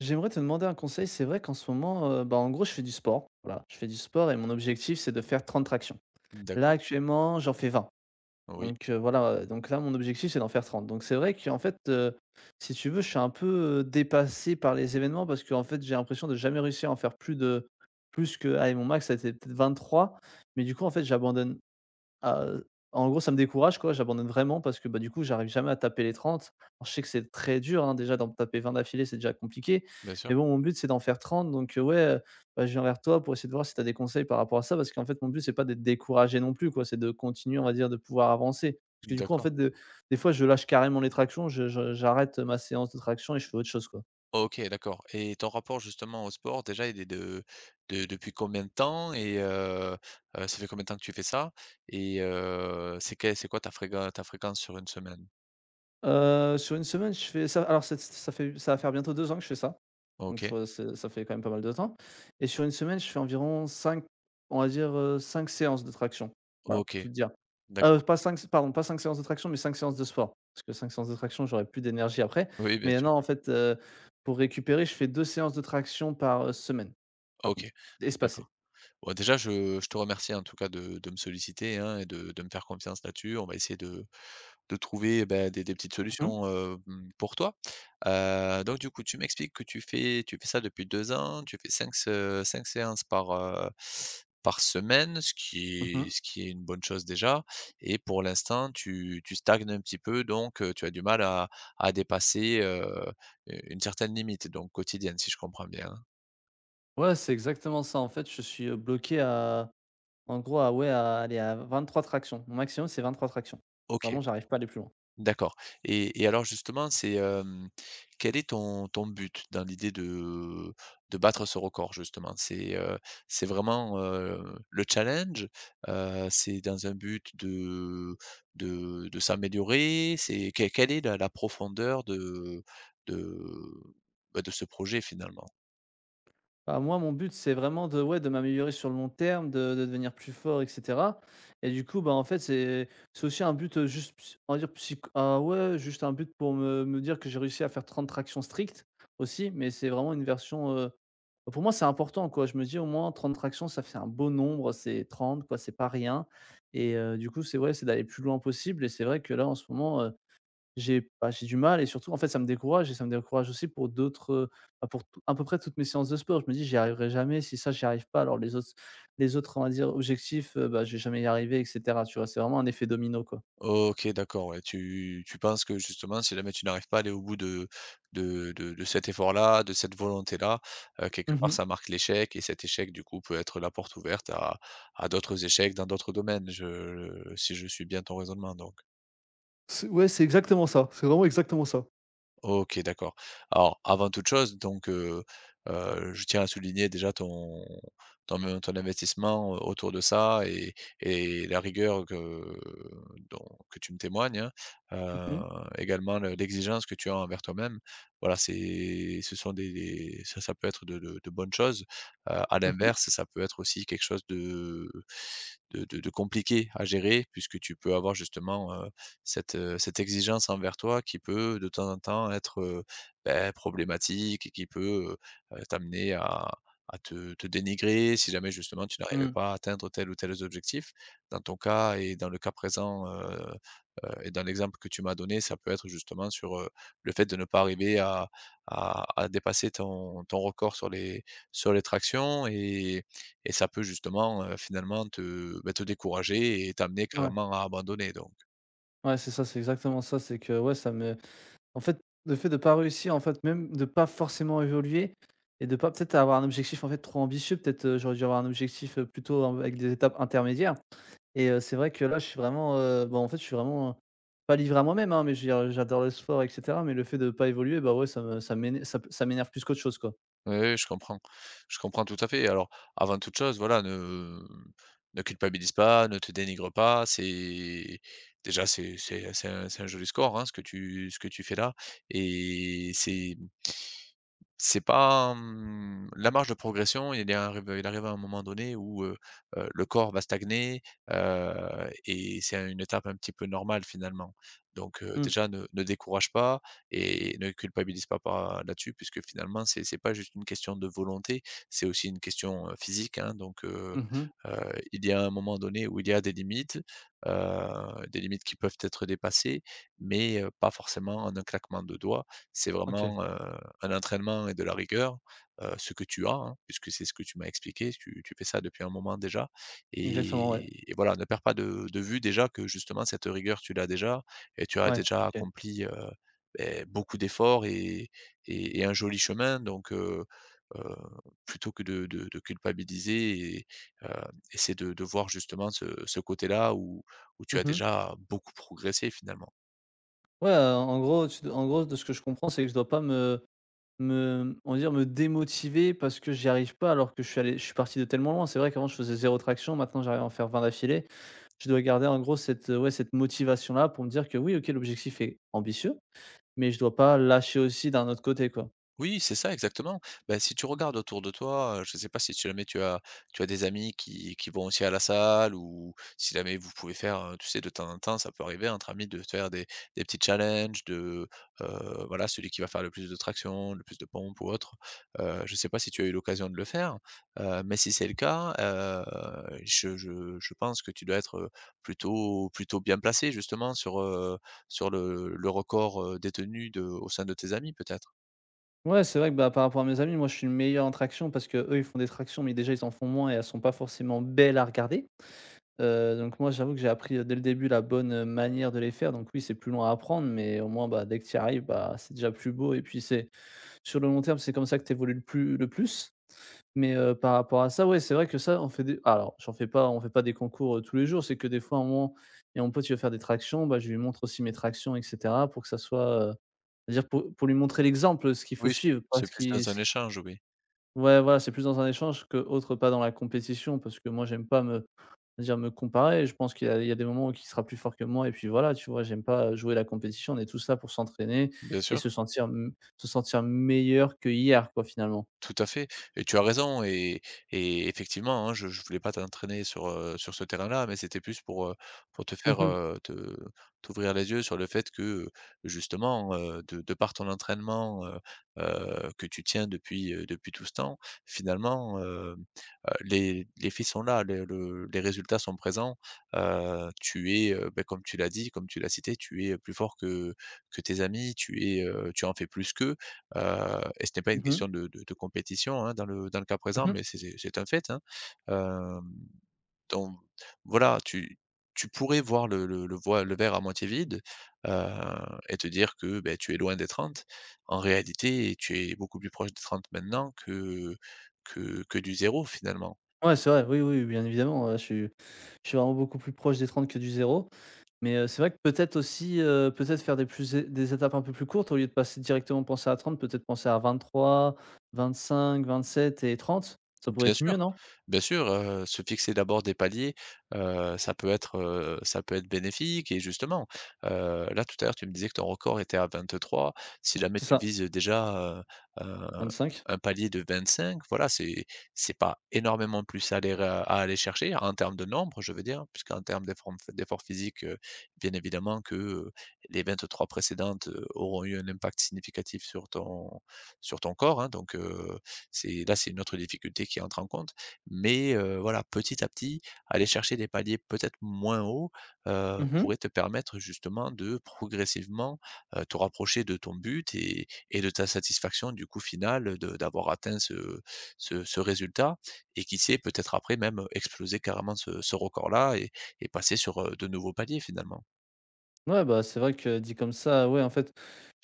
J'aimerais te demander un conseil. C'est vrai qu'en ce moment, bah, en gros, je fais du sport. Voilà, je fais du sport et mon objectif, c'est de faire 30 tractions. Là, D'accord, actuellement, j'en fais 20. oui, Donc, voilà, donc là, mon objectif, c'est d'en faire 30. Donc c'est vrai qu'en fait, si tu veux, je suis un peu, dépassé par les événements parce qu'en fait, j'ai l'impression de jamais réussir à en faire plus que, allez, mon max, ça a été peut-être 23, mais du coup, en fait, j'abandonne. ah, heu, En gros, ça me décourage, quoi, j'abandonne vraiment parce que, bah, du coup, j'arrive jamais à taper les 30. Alors je sais que c'est très dur, hein, déjà d'en taper 20 d'affilée, c'est déjà compliqué. bien sûr. Mais bon, mon but, c'est d'en faire 30. Donc ouais, bah, je viens vers toi pour essayer de voir si tu as des conseils par rapport à ça parce qu'en fait, mon but, c'est pas d'être découragé non plus, quoi, c'est de continuer, on va dire, de pouvoir avancer. Parce que du coup, en D'accord. fait, de des fois, je lâche carrément les tractions, je j'arrête ma séance de traction et je fais autre chose, quoi. OK, d'accord et ton rapport justement au sport, déjà, il est de depuis combien de temps et ça fait combien de temps que tu fais ça? Et c'est quelle c'est quoi ta fréquence sur une semaine? Sur une semaine, je fais ça, alors c'est ça fait ça va faire bientôt 2 ans que je fais ça. Donc je OK, vois, c'est ça fait quand même pas mal de temps, et sur une semaine, je fais environ 5, on va dire, 5 séances de traction. Voilà, pour OK, tout te dire. Ah, d'accord. pas 5, pardon, pas 5 séances de traction, mais 5 séances de sport. Parce que 5 séances de traction, j'aurais plus d'énergie après. Oui, bien Mais non, sûr. en fait, pour récupérer, je fais 2 séances de traction par, semaine, par OK, contre, espacées. d'accord. Bon, déjà, je te remercie, en tout cas, de me solliciter, hein, et de me faire confiance là-dessus. On va essayer de trouver, bah, des petites Mmh mh. solutions, pour toi. Donc du coup, tu m'expliques que tu fais ça depuis 2 ans, tu fais 5 se 5 séances par semaine, ce qui Mmh. Est une bonne chose déjà, et pour l'instant, tu stagnes un petit peu donc, tu as du mal à dépasser, une certaine limite donc quotidienne, si je comprends bien, hein? Ouais, c'est exactement ça. En fait, je suis, bloqué à. En gros, ah, ouais, à aller à 23 tractions. Mon maximum, c'est 23 tractions. OK. Vraiment, j'arrive pas à aller plus loin. D'accord et alors justement, quel est ton but dans l'idée de battre ce record justement? C'est vraiment, le challenge? C'est dans un but de s'améliorer? C'est que Quelle est la profondeur de, de ce projet finalement? Bah, moi, mon but, c'est vraiment de, ouais, de m'améliorer sur le long terme, de devenir plus fort, etc. Et du coup, bah, en fait, c'est aussi un but juste, on va dire, psycho. Ah ouais, juste un but pour me dire que j'ai réussi à faire 30 tractions strictes aussi, mais c'est vraiment une version. Pour moi, c'est important, quoi. Je me dis au moins 30 tractions, ça fait un beau nombre, c'est 30, quoi, c'est pas rien. Et du coup, c'est vrai, c'est d'aller plus loin possible. Et c'est vrai que là, en ce moment, j'ai bah, j'ai du mal, et surtout, en fait, ça me décourage, et ça me décourage aussi pour d'autres, bah, pour tout à peu près toutes mes séances de sport. Je me dis: «J'y arriverai jamais, si ça j'y arrive pas, alors les autres on va dire, objectifs, bah, je vais jamais y arriver» et cetera, tu vois? C'est vraiment un effet domino, quoi. OK, d'accord, ouais. Tu penses que justement, si jamais tu n'arrives pas à aller au bout de cet effort-là, de cette volonté-là, quelque part, Mmh. ça marque l'échec, et cet échec, du coup, peut être la porte ouverte à d'autres échecs dans d'autres domaines, je si je suis bien ton raisonnement, donc. C'est ouais, c'est exactement ça, c'est vraiment exactement ça. OK, d'accord. Alors, avant toute chose, je tiens à souligner déjà ton investissement autour de ça, et la rigueur que dont que tu me témoignes, hein. Mmh Heu, mh. également le l'exigence que tu as envers toi-même. Voilà, c'est ce sont des ça ça peut être de bonnes choses. À Mmh. l'inverse, ça peut être aussi quelque chose de compliqué à gérer, puisque tu peux avoir justement cette exigence envers toi qui peut de temps en temps être, problématique et qui peut, t'amener à te dénigrer si jamais justement tu n'arrivais Mmh. pas à atteindre tel ou tel objectif. Dans ton cas et dans le cas présent, et dans l'exemple que tu m'as donné, ça peut être justement sur, le fait de ne pas arriver à dépasser ton record sur les tractions, et ça peut justement, finalement, te décourager et t'amener Ouais. carrément à abandonner, donc. Ouais, c'est ça, c'est exactement ça, c'est que, ouais, ça me en fait, le fait de pas réussir, en fait, même de pas forcément évoluer et de pas peut-être avoir un objectif, en fait, trop ambitieux, peut-être, j'aurais dû avoir un objectif, plutôt, avec des étapes intermédiaires. Et c'est vrai que là, je suis vraiment, bah, en fait, je suis vraiment pas livré à moi-même, hein, mais je veux dire, j'adore le sport et cetera, mais le fait de pas évoluer, bah, ouais, ça me ça m'éner ça m'énerve plus qu'autre chose, quoi. Oui, oui, je comprends. Je comprends tout à fait. Alors, avant toute chose, voilà, ne culpabilise pas, ne te dénigre pas. C'est déjà c'est un joli score, hein, ce que tu fais là, et c'est pas, hem, la marge de progression — il arrive à un moment donné où, le corps va stagner, et c'est une étape un petit peu normale finalement. Donc, Mmh. déjà, ne décourage pas et ne culpabilise pas par là-dessus, puisque finalement c'est pas juste une question de volonté, c'est aussi une question, physique, hein. Donc heu Mmh. heu, il y a un moment donné où il y a des limites, qui peuvent être dépassées, mais pas forcément en un claquement de doigts. C'est OK. vraiment, un entraînement et de la rigueur, ce que tu as, hein, puisque c'est ce que tu m'as expliqué, tu fais ça depuis un moment déjà, Exactement, ouais. et voilà, ne perds pas de vue déjà que justement cette rigueur, tu l'as déjà, et tu as Ouais. déjà OK. accompli, beaucoup d'efforts, et un joli chemin. Heu, Plutôt que de culpabiliser, heu, essaie de voir justement ce côté-là où tu as Mmh. déjà beaucoup progressé finalement. Ouais, en gros, tu en gros, de ce que je comprends, c'est que je dois pas me, on va dire, me démotiver parce que j'y arrive pas alors que je suis allé je suis parti de tellement loin. C'est vrai qu'avant, je faisais 0 traction, maintenant, j'arrive à en faire 20 d'affilée. Je dois garder en gros cette, ouais, cette motivation-là pour me dire que oui, OK, l'objectif est ambitieux, mais je dois pas lâcher aussi d'un autre côté, quoi. Oui, c'est ça, exactement. Ben, si tu regardes autour de toi, je ne sais pas si jamais tu as des amis qui vont aussi à la salle, ou si jamais vous pouvez faire, tu sais, de temps en temps, ça peut arriver entre amis de faire des petits challenges voilà, celui qui va faire le plus de traction, le plus de pompes ou autre. Je ne sais pas si tu as eu l'occasion de le faire, mais si c'est le cas, je pense que tu dois être plutôt bien placé justement sur le record, détenu au sein de tes amis peut-être. Ouais, c'est vrai que, bah, par rapport à mes amis, moi, je suis le meilleur en traction parce que eux ils font des tractions, mais déjà, ils en font moins et elles sont pas forcément belles à regarder. Donc moi, j'avoue que j'ai appris, dès le début la bonne, manière de les faire. Donc oui, c'est plus long à apprendre, mais au moins, bah, dès que tu y arrives, bah, c'est déjà plus beau, et puis c'est sur le long terme, c'est comme ça que tu évolues le plus le plus. Mais, par rapport à ça, ouais, c'est vrai que ça, on fait des alors j'en fais pas on fait pas des concours, tous les jours. C'est que des fois, à un moment, et mon pote il veut faire des tractions, bah, je lui montre aussi mes tractions et cetera pour que ça soit, c'est-à-dire pour lui montrer l'exemple, ce qu'il faut Oui, c'est suivre, pas plus dans un ce qui échange, oui, ouais, voilà, c'est plus dans un échange que autre pas dans la compétition parce que moi, j'aime pas me dire me comparer. Je pense qu'il y a des moments où il sera plus fort que moi, et puis voilà, tu vois? J'aime pas jouer la compétition. On est tous là pour s'entraîner bien et sûr. se sentir m se sentir meilleur que hier quoi, finalement. Tout à fait, et tu as raison, et effectivement, hein, je voulais pas t'entraîner sur, sur ce terrain-là, mais c'était plus pour te Mmh faire, mh. Te t'ouvrir les yeux sur le fait que, justement, de par ton entraînement, que tu tiens depuis tout ce temps, finalement, les faits sont là, le les résultats sont présents. Tu es, comme tu l'as dit, comme tu l'as cité, tu es plus fort que tes amis, tu es, tu en fais plus qu'eux. Et ce n'est pas une Mmh. question de compétition, hein, dans le cas présent, Mmh. mais c'est un fait, hein. Hem, donc voilà, tu pourrais voir le verre à moitié vide, et te dire que, beh, tu es loin des 30. En réalité, tu es beaucoup plus proche des 30 maintenant que du 0 finalement. Ouais, c'est vrai, oui, oui, bien évidemment, je suis vraiment beaucoup plus proche des 30 que du 0, mais c'est vrai que peut-être aussi, peut-être faire des plus des étapes un peu plus courtes au lieu de passer directement penser à 30, peut-être penser à 20 trois, cinq, 27 et 30. Ça pourrait Bien être sûr, mieux, non? bien sûr, se fixer d'abord des paliers, ça peut être, bénéfique, et justement, là tout à l'heure tu me disais que ton record était à 23. Si jamais C'est tu ça, vises déjà, heu, 25. un palier de 25, voilà, c'est pas énormément plus à aller chercher en termes de nombre, je veux dire, puisqu'en termes d'effort physique, bien évidemment que, les trois précédentes, auront eu un impact significatif sur ton corps, hein, donc c'est là, c'est une autre difficulté qui entre en compte. Mais, voilà, petit à petit, aller chercher des paliers peut-être moins hauts, pourrait te permettre justement de progressivement, te rapprocher de ton but, et de ta satisfaction du coup final, de d'avoir atteint ce résultat, et qui sait, peut-être après, même exploser carrément ce record-là, et passer sur, de nouveaux paliers finalement. Ouais, bah, c'est vrai que dit comme ça, ouais, en fait,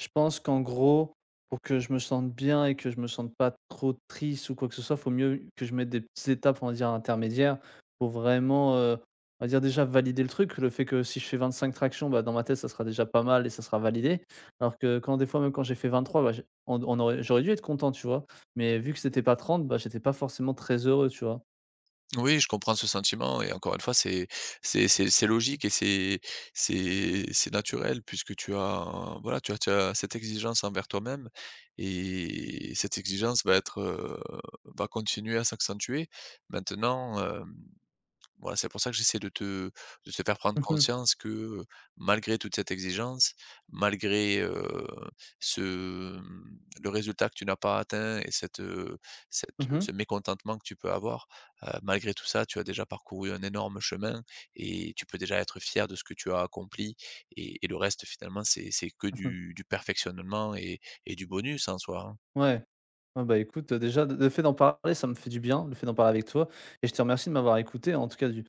je pense qu'en gros, pour que je me sente bien et que je me sente pas trop triste ou quoi que ce soit, faut mieux que je mette des petites étapes, on va dire, intermédiaires pour vraiment, on va dire, déjà valider le truc. Le fait que si je fais 25 tractions, bah, dans ma tête, ça sera déjà pas mal et ça sera validé. Alors que quand des fois, même quand j'ai fait 23, bah, j'ai on aurait j'aurais dû être content, tu vois? Mais vu que c'était pas 30, bah, j'étais pas forcément très heureux, tu vois? Oui, je comprends ce sentiment, et encore une fois, c'est logique, et c'est naturel, puisque tu as, voilà, tu as cette exigence envers toi-même, et cette exigence va va continuer à s'accentuer. Maintenant, hem voilà, c'est pour ça que j'essaie de te faire prendre Mmh mh. conscience que, malgré toute cette exigence, malgré, heu, ce, mmh, le résultat que tu n'as pas atteint, et cette, Mmh. ce mécontentement que tu peux avoir, malgré tout ça, tu as déjà parcouru un énorme chemin, et tu peux déjà être fier de ce que tu as accompli, et le reste finalement, c'est que Mmh. Du perfectionnement, et du bonus en soi, hein. Ouais. Ah bah, écoute, déjà, le fait d'en parler, ça me fait du bien, le fait d'en parler avec toi, et je te remercie de m'avoir écouté, en tout cas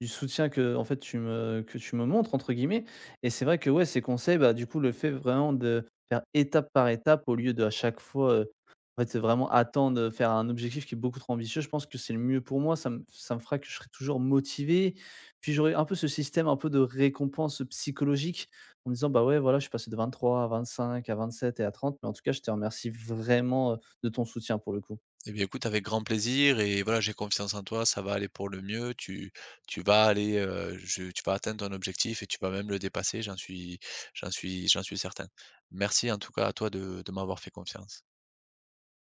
du soutien que, en fait, tu me que tu me «montres» entre guillemets, et c'est vrai que, ouais, ces conseils, bah, du coup, le fait vraiment de faire étape par étape au lieu de à chaque fois, en fait, vraiment attendre, faire un objectif qui est beaucoup trop ambitieux, je pense que c'est le mieux pour moi. Ça me fera que je serai toujours motivé, puis j'aurai un peu ce système un peu de récompense psychologique en disant: «Bah, ouais, voilà, je suis passé de 23 à 25, à 27 et à 30, mais en tout cas, je te remercie vraiment, de ton soutien pour le coup». Eh bien, écoute, avec grand plaisir, et voilà, j'ai confiance en toi, ça va aller pour le mieux. Tu vas aller, je tu vas atteindre ton objectif, et tu vas même le dépasser, j'en suis certain. Merci en tout cas à toi de m'avoir fait confiance.